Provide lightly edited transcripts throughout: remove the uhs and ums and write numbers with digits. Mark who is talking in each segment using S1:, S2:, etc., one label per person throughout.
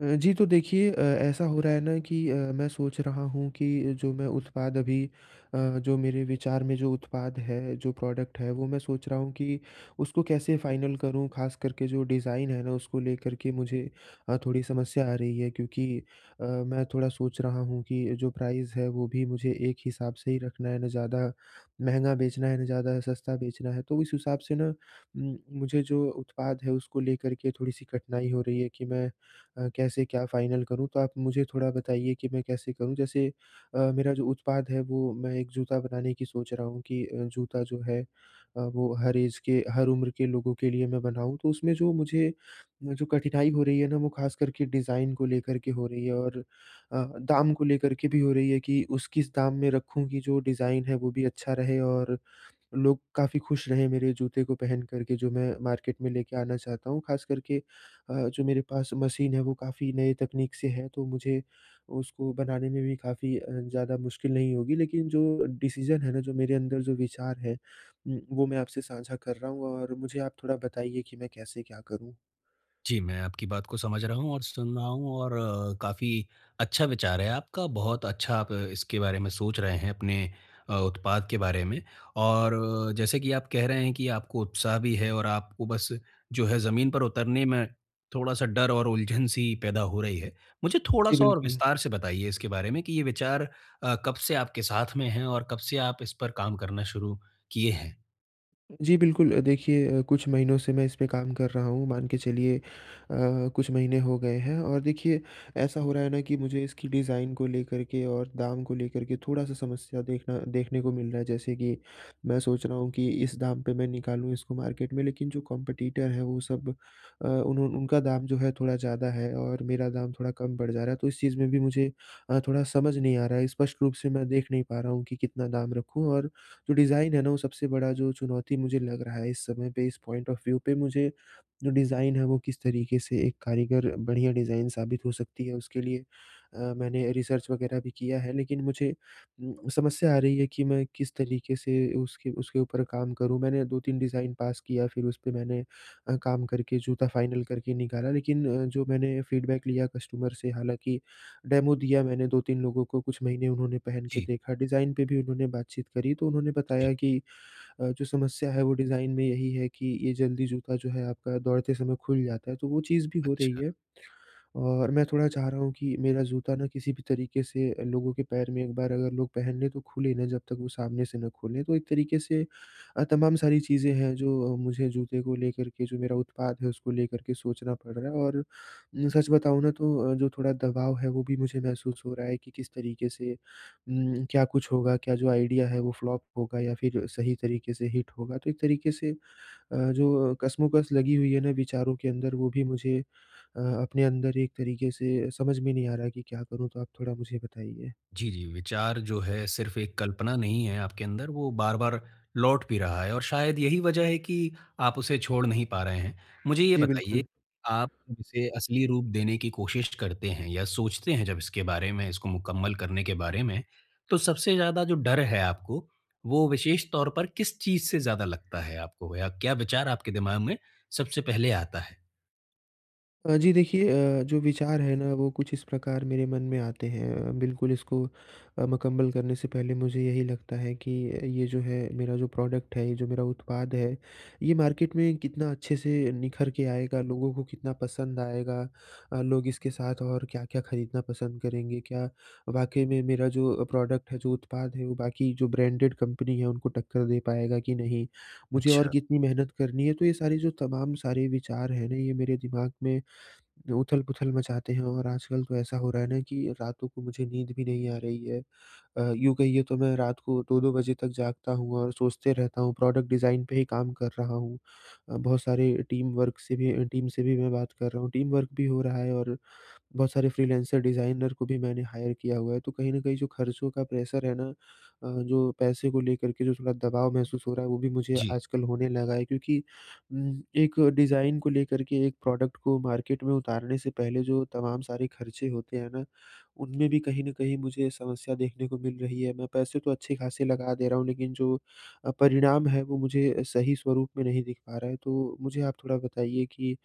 S1: जी, तो देखिए ऐसा हो रहा है ना कि मैं सोच रहा हूँ कि जो मैं उत्पाद अभी अ, जो मेरे विचार में जो उत्पाद है, जो प्रोडक्ट है, वो मैं सोच रहा हूँ कि उसको कैसे फाइनल करूँ, ख़ास करके जो डिज़ाइन है ना, उसको लेकर के मुझे थोड़ी समस्या आ रही है क्योंकि मैं थोड़ा सोच रहा हूँ कि जो प्राइस है, वो भी मुझे एक हिसाब से ही रखना है, ना ज़्यादा महँगा बेचना है, ना ज़्यादा सस्ता बेचना है। तो इस हिसाब से ना मुझे जो उत्पाद है, उसको लेकर के थोड़ी-सी कठिनाई हो रही है कि मैं कैसे क्या फाइनल करूँ? तो आप मुझे थोड़ा बताइए कि मैं कैसे करूँ? जैसे मेरा जो उत्पाद है वो मैं एक जूता बनाने की सोच रहा हूँ कि जूता जो है वो हर ऐज के हर उम्र के लोगों के लिए मैं बनाऊँ। तो उसमें जो मुझे जो कठिनाई हो रही है ना वो ख़ास करके डिज़ाइन को लेकर के हो रही है और दाम को लेकर के भी हो रही है कि उस किस दाम में रखूँ कि जो डिज़ाइन है वो भी अच्छा रहे और लोग काफ़ी खुश रहे मेरे जूते को पहन कर के जो मैं मार्केट में लेके आना चाहता हूँ। ख़ास करके जो मेरे पास मशीन है वो काफ़ी नए तकनीक से है तो मुझे उसको बनाने में भी काफ़ी ज़्यादा मुश्किल नहीं होगी। लेकिन जो डिसीज़न है ना जो मेरे अंदर जो विचार है वो मैं आपसे साझा कर रहा हूँ और मुझे आप थोड़ा बताइए कि मैं कैसे क्या करूँ?
S2: जी, मैं आपकी बात को समझ रहा हूँ और सुन रहा हूँ, और काफ़ी अच्छा विचार है आपका। बहुत अच्छा, आप इसके बारे में सोच रहे हैं अपने उत्पाद के बारे में। और जैसे कि आप कह रहे हैं कि आपको उत्साह भी है, और आपको बस जो है ज़मीन पर उतरने में थोड़ा-सा डर और उलझन सी पैदा हो रही है। मुझे
S1: जी,
S2: थोड़ा-सा और
S1: बिल्कुल।
S2: विस्तार से बताइए इसके बारे में कि ये विचार कब से आपके साथ में हैं, और कब से आप इस पर काम करना शुरू किए हैं?
S1: जी, बिल्कुल। देखिए कुछ महीनों से मैं इस पे काम कर रहा हूँ, मान के चलिए कुछ महीने हो गए हैं और देखिए ऐसा हो रहा है ना कि मुझे इसकी डिज़ाइन को लेकर के और दाम को लेकर के थोड़ा-सा समस्या देखना देखने को मिल रहा है। जैसे कि मैं सोच रहा हूँ कि इस दाम पे मैं निकालूँ इसको मार्केट में, लेकिन जो कॉम्पिटिटर है वो सब उन्हों उनका दाम जो है थोड़ा ज़्यादा है और मेरा दाम थोड़ा कम पड़ जा रहा है। तो इस चीज़ में भी मुझे थोड़ा समझ नहीं आ रहा है, स्पष्ट रूप से मैं देख नहीं पा रहा हूँ कि कितना दाम रखूँ और जो डिज़ाइन है ना, वो सबसे बड़ा जो चुनौती मुझे लग रहा है इस समय पे, इस पॉइंट ऑफ व्यू पे मुझे जो डिज़ाइन है, वो किस तरीके से एक कारीगर बढ़िया डिज़ाइन साबित हो सकती है, उसके लिए मैंने रिसर्च वगैरह भी किया है। लेकिन मुझे समस्या आ रही है कि मैं किस तरीके से उसके उसके ऊपर काम करूँ। मैंने 2-3 डिज़ाइन पास किया, फिर उस पे मैंने काम करके जूता फाइनल करके निकाला। लेकिन जो मैंने फीडबैक लिया कस्टमर से, हालाँकि डेमो दिया मैंने 2-3 लोगों को, कुछ महीने उन्होंने पहन के
S2: जी,
S1: देखा। डिज़ाइन पे भी उन्होंने बातचीत करी, तो उन्होंने
S2: जी,
S1: बताया कि जो समस्या है वो डिज़ाइन में यही है कि ये जल्दी जूता जो है आपका दौड़ते समय खुल जाता है, तो वो चीज़ भी हो रही
S2: अच्छा।
S1: है। और मैं थोड़ा चाह रहा हूँ कि मेरा जूता ना किसी भी तरीके से लोगों के पैर में एक बार अगर लोग पहन लें तो खुले ना, जब तक वो सामने से ना खोलें। तो एक तरीके से तमाम सारी चीज़ें हैं जो मुझे जूते को लेकर के जो मेरा उत्पाद है उसको लेकर के सोचना पड़ रहा है और सच बताऊँ ना तो जो थोड़ा दबाव है वो भी मुझे महसूस हो रहा है कि किस तरीके से क्या कुछ होगा, क्या जो आइडिया है वो फ्लॉप होगा या फिर सही तरीके से हिट होगा। तो एक तरीके से जो कशमकश लगी हुई है ना विचारों के अंदर वो भी मुझे अपने अंदर एक तरीके से समझ में नहीं आ रहा है कि क्या करूँ? तो आप थोड़ा मुझे बताइए।
S2: जी, जी। विचार जो है सिर्फ़ एक कल्पना नहीं है आपके अंदर, वो बार-बार लौट भी रहा है, और शायद यही वजह है कि आप उसे छोड़ नहीं पा रहे हैं। मुझे ये
S1: जी,
S2: बताइए,
S1: बिल्कुल।
S2: आप जब इसे असली रूप देने की कोशिश करते हैं, या सोचते हैं जब इसके बारे में, इसको मुकम्मल करने के बारे में, तो सबसे ज़्यादा जो डर है आपको, वो विशेष तौर पर किस चीज़ से ज़्यादा लगता है आपको? या क्या विचार आपके दिमाग में सबसे पहले आता है?
S1: जी देखिए जो विचार है ना वो कुछ इस प्रकार मेरे मन में आते हैं बिल्कुल इसको मुकम्मल करने से पहले मुझे यही लगता है कि ये जो है मेरा जो प्रोडक्ट है, ये जो मेरा उत्पाद है, ये मार्केट में कितना अच्छे से निखर के आएगा, लोगों को कितना पसंद आएगा लोग इसके साथ और क्या-क्या खरीदना पसंद करेंगे, क्या वाक़ई में मेरा जो प्रोडक्ट है, जो उत्पाद है, वो बाकी जो ब्रांडेड कंपनी है उनको टक्कर दे पाएगा कि नहीं, मुझे और
S2: अच्छा,
S1: कितनी मेहनत करनी है। तो ये सारे जो तमाम सारे विचार हैं ना, ये मेरे दिमाग में उथल-पुथल मचाते हैं और आजकल तो ऐसा हो रहा है ना कि रातों को मुझे नींद भी नहीं आ रही है। यूँ कहिए तो मैं रात को 2-2 बजे तक जागता हूँ और सोचते रहता हूँ, प्रोडक्ट डिज़ाइन पे ही काम कर रहा हूँ। बहुत सारे टीम से भी मैं बात कर रहा हूँ, टीम वर्क भी हो रहा है और बहुत सारे फ्रीलांसर डिज़ाइनर को भी मैंने हायर किया हुआ है, तो कहीं न कहीं जो खर्चों का प्रेशर है ना जो पैसे को लेकर के जो थोड़ा दबाव महसूस हो रहा है, वो भी मुझे
S2: जी।
S1: आजकल होने लगा है क्योंकि एक डिज़ाइन को लेकर के एक प्रोडक्ट को मार्केट में उतारने से पहले जो तमाम सारे खर्चे होते हैं ना, उनमें भी कहीं न कहीं मुझे समस्या देखने को मिल रही है। मैं पैसे तो अच्छे खासे लगा दे रहा हूँ, लेकिन जो परिणाम है, वो मुझे सही स्वरूप में नहीं दिख पा रहा है। तो मुझे आप थोड़ा बताइए कि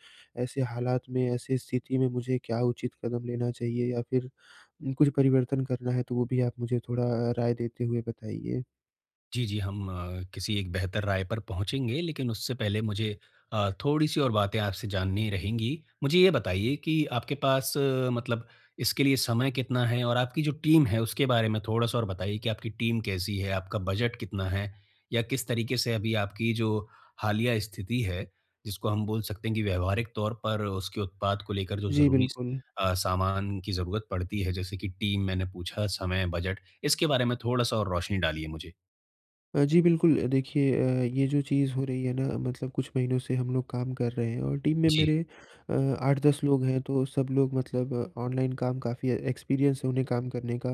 S1: ऐसे हालात में, ऐसी स्थिति में मुझे क्या उचित कदम लेना चाहिए या फिर कुछ परिवर्तन करना है तो वो भी आप मुझे थोड़ा राय देते हुए बताइए।
S2: जी, जी, हम किसी एक बेहतर राय पर पहुँचेंगे, लेकिन उससे पहले मुझे थोड़ी-सी और बातें आपसे जाननी रहेंगी। मुझे ये बताइए कि आपके पास मतलब, इसके लिए समय कितना है? और आपकी जो टीम है, उसके बारे में थोड़ा-सा और बताइए कि आपकी टीम कैसी है? आपका बजट कितना है? या किस तरीके से अभी आपकी जो हालिया स्थिति है, जिसको हम बोल सकते हैं कि व्यावहारिक तौर पर उसके उत्पाद को लेकर जो
S1: जी,
S2: ज़रूरी
S1: बिल्कुल।
S2: सामान की ज़रूरत पड़ती है, जैसे कि टीम मैंने पूछा, समय, बजट, इसके बारे में थोड़ा-सा और रोशनी डालिए मुझे।
S1: जी बिल्कुल। देखिए ये जो चीज़ हो रही है ना मतलब कुछ महीनों से हम लोग काम कर रहे हैं और टीम में
S2: जी।
S1: मेरे अ, 8-10 लोग हैं तो सब लोग मतलब ऑनलाइन काम काफ़ी एक्सपीरियंस है उन्हें काम करने का।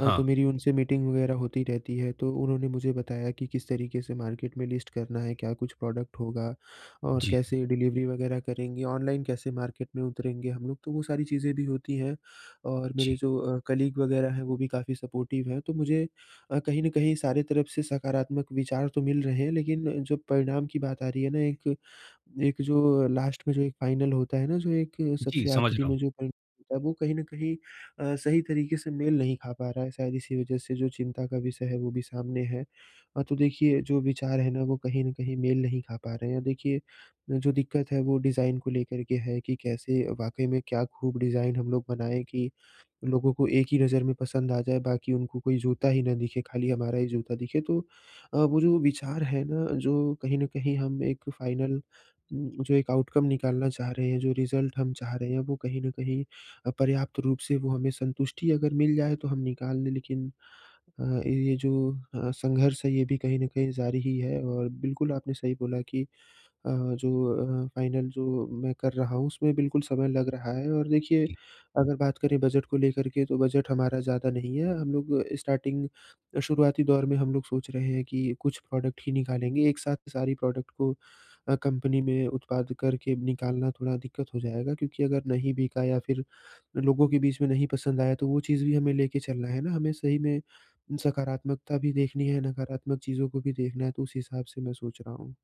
S2: हाँ,
S1: तो मेरी उनसे मीटिंग वगैरह होती रहती है तो उन्होंने मुझे बताया कि किस तरीके से मार्केट में लिस्ट करना है, क्या कुछ प्रोडक्ट होगा और
S2: जी,
S1: कैसे डिलीवरी वगैरह करेंगे, ऑनलाइन कैसे मार्केट में उतरेंगे हम लोग। तो वो सारी चीज़ें भी होती हैं और मेरे
S2: जी।
S1: जो कलीग वगैरह हैं वो भी काफ़ी सपोर्टिव हैं। तो मुझे कहीं न कहीं सारे तरफ से सकारात्मक विचार तो मिल रहे हैं, लेकिन जब परिणाम की बात आ रही है ना, एक एक जो लास्ट में जो एक फाइनल होता है ना, जो एक
S2: जी,
S1: सबसे
S2: समझ
S1: आखिरी
S2: रहा हूँ।
S1: में जो परिणाम होता है, वो कहीं न कहीं सही तरीके से मेल नहीं खा पा रहा है। शायद इसी वजह से जो चिंता का विषय है, वो भी सामने है। तो देखिए, जो विचार है ना, वो कहीं न कहीं मेल नहीं खा पा रहे हैं। देखिए, जो दिक्कत है, वो डिज़ाइन को लेकर के है कि कैसे वाक़ई में क्या खूब डिज़ाइन हम लोग बनाएँ कि लोगों को एक ही नज़र में पसंद आ जाए, बाकी उनको कोई जूता ही ना दिखे, खाली हमारा ही जूता दिखे। तो वो जो विचार है ना, जो कहीं न कहीं हम एक फाइनल जो एक आउटकम निकालना चाह रहे हैं, जो रिज़ल्ट हम चाह रहे हैं, वो कहीं न कहीं पर्याप्त रूप से वो हमें संतुष्टि अगर मिल जाए तो हम निकाल लें, लेकिन ये जो संघर्ष है ये भी कहीं न कहीं जारी ही है और बिल्कुल आपने सही बोला कि जो फाइनल जो मैं कर रहा हूँ उसमें बिल्कुल समय लग रहा है और देखिए
S2: जी,
S1: अगर बात करें बजट को लेकर के तो बजट हमारा ज़्यादा नहीं है। हम लोग स्टार्टिंग शुरुआती दौर में हम लोग सोच रहे हैं कि कुछ प्रोडक्ट ही निकालेंगे। एक साथ सारी प्रोडक्ट को कंपनी में उत्पाद करके निकालना थोड़ा दिक्कत हो जाएगा क्योंकि अगर नहीं बिका या फिर लोगों के बीच में नहीं पसंद आया तो वो चीज़ भी हमें लेके चलना है ना। हमें सही में सकारात्मकता भी देखनी है, नकारात्मक चीज़ों को भी देखना है, तो उस हिसाब से मैं सोच रहा हूँ।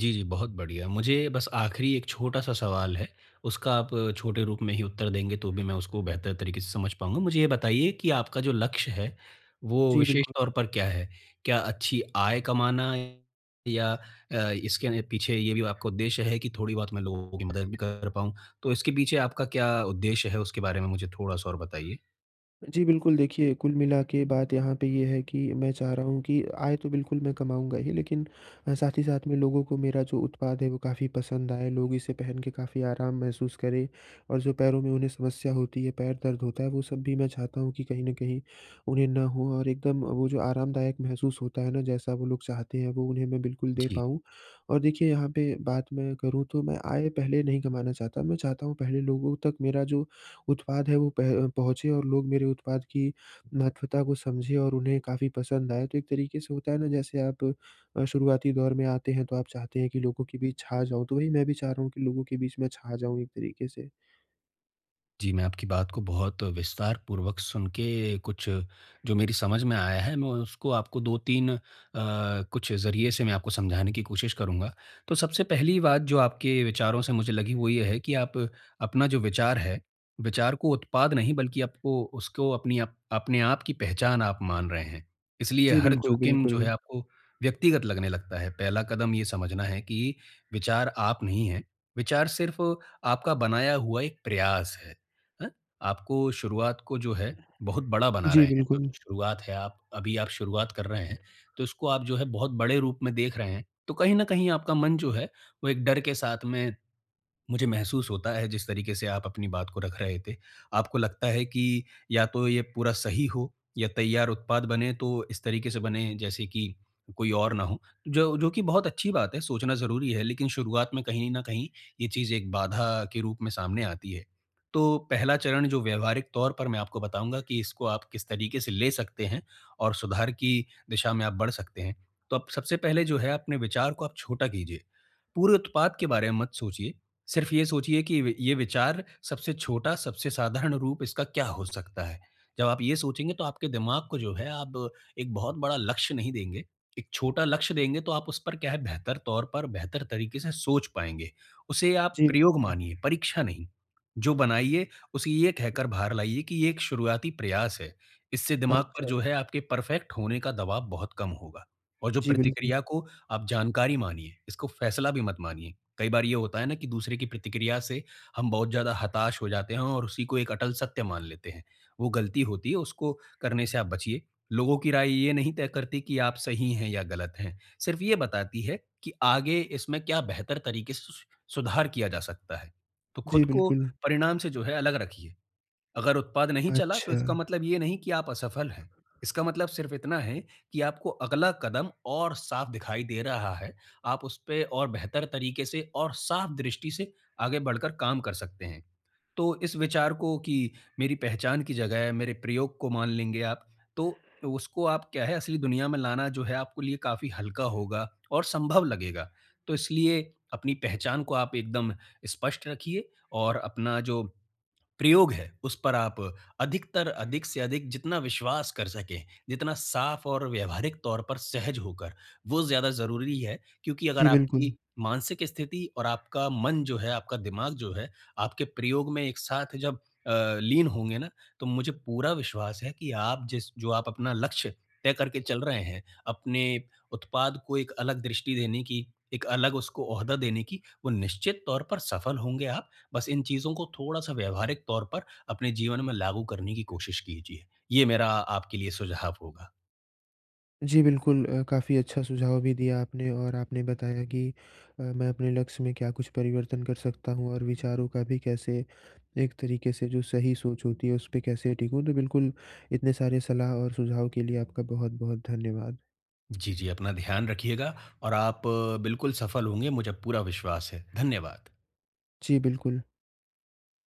S2: जी, जी, बहुत बढ़िया। मुझे बस आखिरी एक छोटा-सा सवाल है, उसका आप छोटे रूप में ही उत्तर देंगे तो भी मैं उसको बेहतर तरीके से समझ पाऊँगा। मुझे ये बताइए कि आपका जो लक्ष्य है, वो
S1: जी,
S2: विशेष
S1: बिल्कुल।
S2: तौर पर क्या है? क्या अच्छी आय कमाना है, या इसके पीछे ये भी आपका उद्देश्य है कि थोड़ी बहुत मैं लोगों की मदद भी कर पाऊँ? तो इसके पीछे आपका क्या उद्देश्य है, उसके बारे में मुझे थोड़ा-सा और बताइए?
S1: जी, बिल्कुल, देखिए, कुल मिला के बात यहाँ पे ये है कि मैं चाह रहा हूँ कि आय तो बिल्कुल मैं कमाऊँगा ही, लेकिन साथ ही साथ में लोगों को मेरा जो उत्पाद है, वो काफ़ी पसंद आए, लोग इसे पहन के काफ़ी आराम महसूस करें और जो पैरों में उन्हें समस्या होती है, पैर दर्द होता है, वो सब भी मैं चाहता हूँ कि कहीं न कहीं उन्हें ना हो और एकदम वो जो आरामदायक महसूस होता है ना, जैसा वो लोग चाहते हैं, वो उन्हें मैं बिल्कुल दे
S2: जी।
S1: पाऊँ। और देखिए, यहाँ पे बात मैं करूँ, तो मैं आय पहले नहीं कमाना चाहता, मैं चाहता हूँ पहले लोगों तक मेरा जो उत्पाद है वो पह पहुँचे और लोग मेरे उत्पाद की महत्वता को समझे और उन्हें काफ़ी पसंद आए। तो एक तरीके से होता है ना जैसे आप शुरुआती दौर में आते हैं तो आप चाहते हैं कि लोगों के बीच छा जाऊँ, तो वही मैं भी चाह रहा हूँ कि लोगों के बीच मैं छा जाऊँ एक तरीके से।
S2: जी, मैं आपकी बात को बहुत विस्तारपूर्वक सुन के, कुछ जो मेरी समझ में आया है, मैं उसको आपको 2-3 कुछ ज़रिए से मैं आपको समझाने की कोशिश करूँगा। तो सबसे पहली बात जो आपके विचारों से मुझे लगी, वो ये है कि आप अपना जो विचार है, विचार को उत्पाद नहीं, बल्कि आपको उसको अपनी आप अपने आप की पहचान आप मान रहे हैं। इसलिए
S1: जी,
S2: हर
S1: बिल्कुल,
S2: जोखिम जो
S1: बिल्कुल।
S2: है आपको व्यक्तिगत लगने लगता है। पहला कदम ये समझना है कि विचार आप नहीं हैं, विचार सिर्फ़ आपका बनाया हुआ एक प्रयास है। हैं? आपको शुरुआत को जो है बहुत बड़ा बना रहे
S1: जी,
S2: हैं। तो
S1: बिल्कुल।
S2: शुरुआत है, आप अभी आप शुरुआत कर रहे हैं, तो इसको आप जो है बहुत बड़े रूप में देख रहे हैं। तो कहीं न कहीं आपका मन जो है, वो एक डर के साथ में मुझे महसूस होता है, जिस तरीके से आप अपनी बात को रख रहे थे, आपको लगता है कि या तो ये पूरा सही हो, या तैयार उत्पाद बने तो इस तरीके से बने जैसे कि कोई और ना हो। जो जो कि बहुत अच्छी बात है, सोचना ज़रूरी है, लेकिन शुरुआत में कहीं न कहीं ये चीज़ एक बाधा के रूप में सामने आती है। तो पहला चरण जो व्यावहारिक तौर पर मैं आपको बताऊँगा कि इसको आप किस तरीके से ले सकते हैं, और सुधार की दिशा में आप बढ़ सकते हैं। तो आप सबसे पहले जो है अपने विचार को आप छोटा कीजिए। पूरे उत्पाद के बारे में मत सोचिए, सिर्फ ये सोचिए कि वि ये विचार सबसे छोटा, सबसे साधारण रूप इसका क्या हो सकता है? जब आप ये सोचेंगे, तो आपके दिमाग को जो है आप एक बहुत बड़ा लक्ष्य नहीं देंगे, एक छोटा लक्ष्य देंगे, तो आप उस पर क्या है बेहतर तौर पर, बेहतर तरीके से सोच पाएँगे। उसे आप
S1: जी,
S2: प्रयोग
S1: बिल्कुल।
S2: मानिए, परीक्षा नहीं। जो बनाइए, उसे ये कहकर बाहर लाइए कि ये एक शुरुआती प्रयास है। इससे दिमाग पर
S1: अच्छा।
S2: जो है आपके परफेक्ट होने का दबाव बहुत कम होगा। और जो
S1: जी, बिल्कुल।
S2: प्रतिक्रिया को आप जानकारी मानिए, इसको फैसला भी मत मानिए। कई बार ये होता है ना कि दूसरे की प्रतिक्रिया से हम बहुत ज़्यादा हताश हो जाते हैं, और उसी को एक अटल सत्य मान लेते हैं। वो गलती होती है, उसको करने से आप बचिए। लोगों की राय ये नहीं तय करती कि आप सही हैं या गलत हैं। सिर्फ़ ये बताती है कि आगे इसमें क्या बेहतर तरीके से सु सुधार किया जा सकता है। तो खुद
S1: जी,
S2: को
S1: बिल्कुल।
S2: परिणाम से जो है अलग रखिए। अगर उत्पाद नहीं चला, तो
S1: अच्छा।
S2: इसका मतलब ये नहीं कि आप असफल हैं। इसका मतलब सिर्फ इतना है कि आपको अगला कदम और साफ दिखाई दे रहा है। आप उस पे और बेहतर तरीके से और साफ दृष्टि से आगे बढ़कर काम कर सकते हैं। तो इस विचार को कि मेरी पहचान की जगह है, मेरे प्रयोग को मान लेंगे आप, तो उसको आप क्या है असली दुनिया में लाना जो है आपके लिए काफ़ी हल्का होगा और संभव लगेगा। तो इसलिए अपनी पहचान को आप एकदम स्पष्ट रखिए, और अपना जो प्रयोग है उस पर आप अधिक से अधिक जितना विश्वास कर सकें, जितना साफ और व्यावहारिक तौर पर सहज होकर, वो ज़्यादा ज़रूरी है, क्योंकि अगर
S1: जी, बिल्कुल।
S2: आपकी मानसिक स्थिति और आपका मन जो है, आपका दिमाग जो है, आपके प्रयोग में एक साथ जब लीन होंगे ना, तो मुझे पूरा विश्वास है कि आप जिस जो आप अपना लक्ष्य तय करके चल रहे हैं, अपने उत्पाद को एक अलग दृष्टि देने की, एक अलग उसको ओहदा देने की, वो निश्चित तौर पर सफल होंगे आप। बस इन चीज़ों को थोड़ा-सा व्यावहारिक तौर पर अपने जीवन में लागू करने की कोशिश कीजिए। ये मेरा आपके लिए सुझाव होगा।
S1: जी, बिल्कुल काफ़ी अच्छा सुझाव भी दिया आपने और आपने बताया कि मैं अपने लक्ष्य में क्या कुछ परिवर्तन कर सकता हूँ और विचारों का भी कैसे एक तरीके से जो सही सोच होती है, उस पे कैसे टिकूँ। तो बिल्कुल, इतने सारे सलाह और सुझाव के लिए आपका बहुत-बहुत धन्यवाद।
S2: जी, जी, अपना ध्यान रखिएगा, और आप बिल्कुल सफल होंगे, मुझे पूरा विश्वास है। धन्यवाद।
S1: जी, बिल्कुल।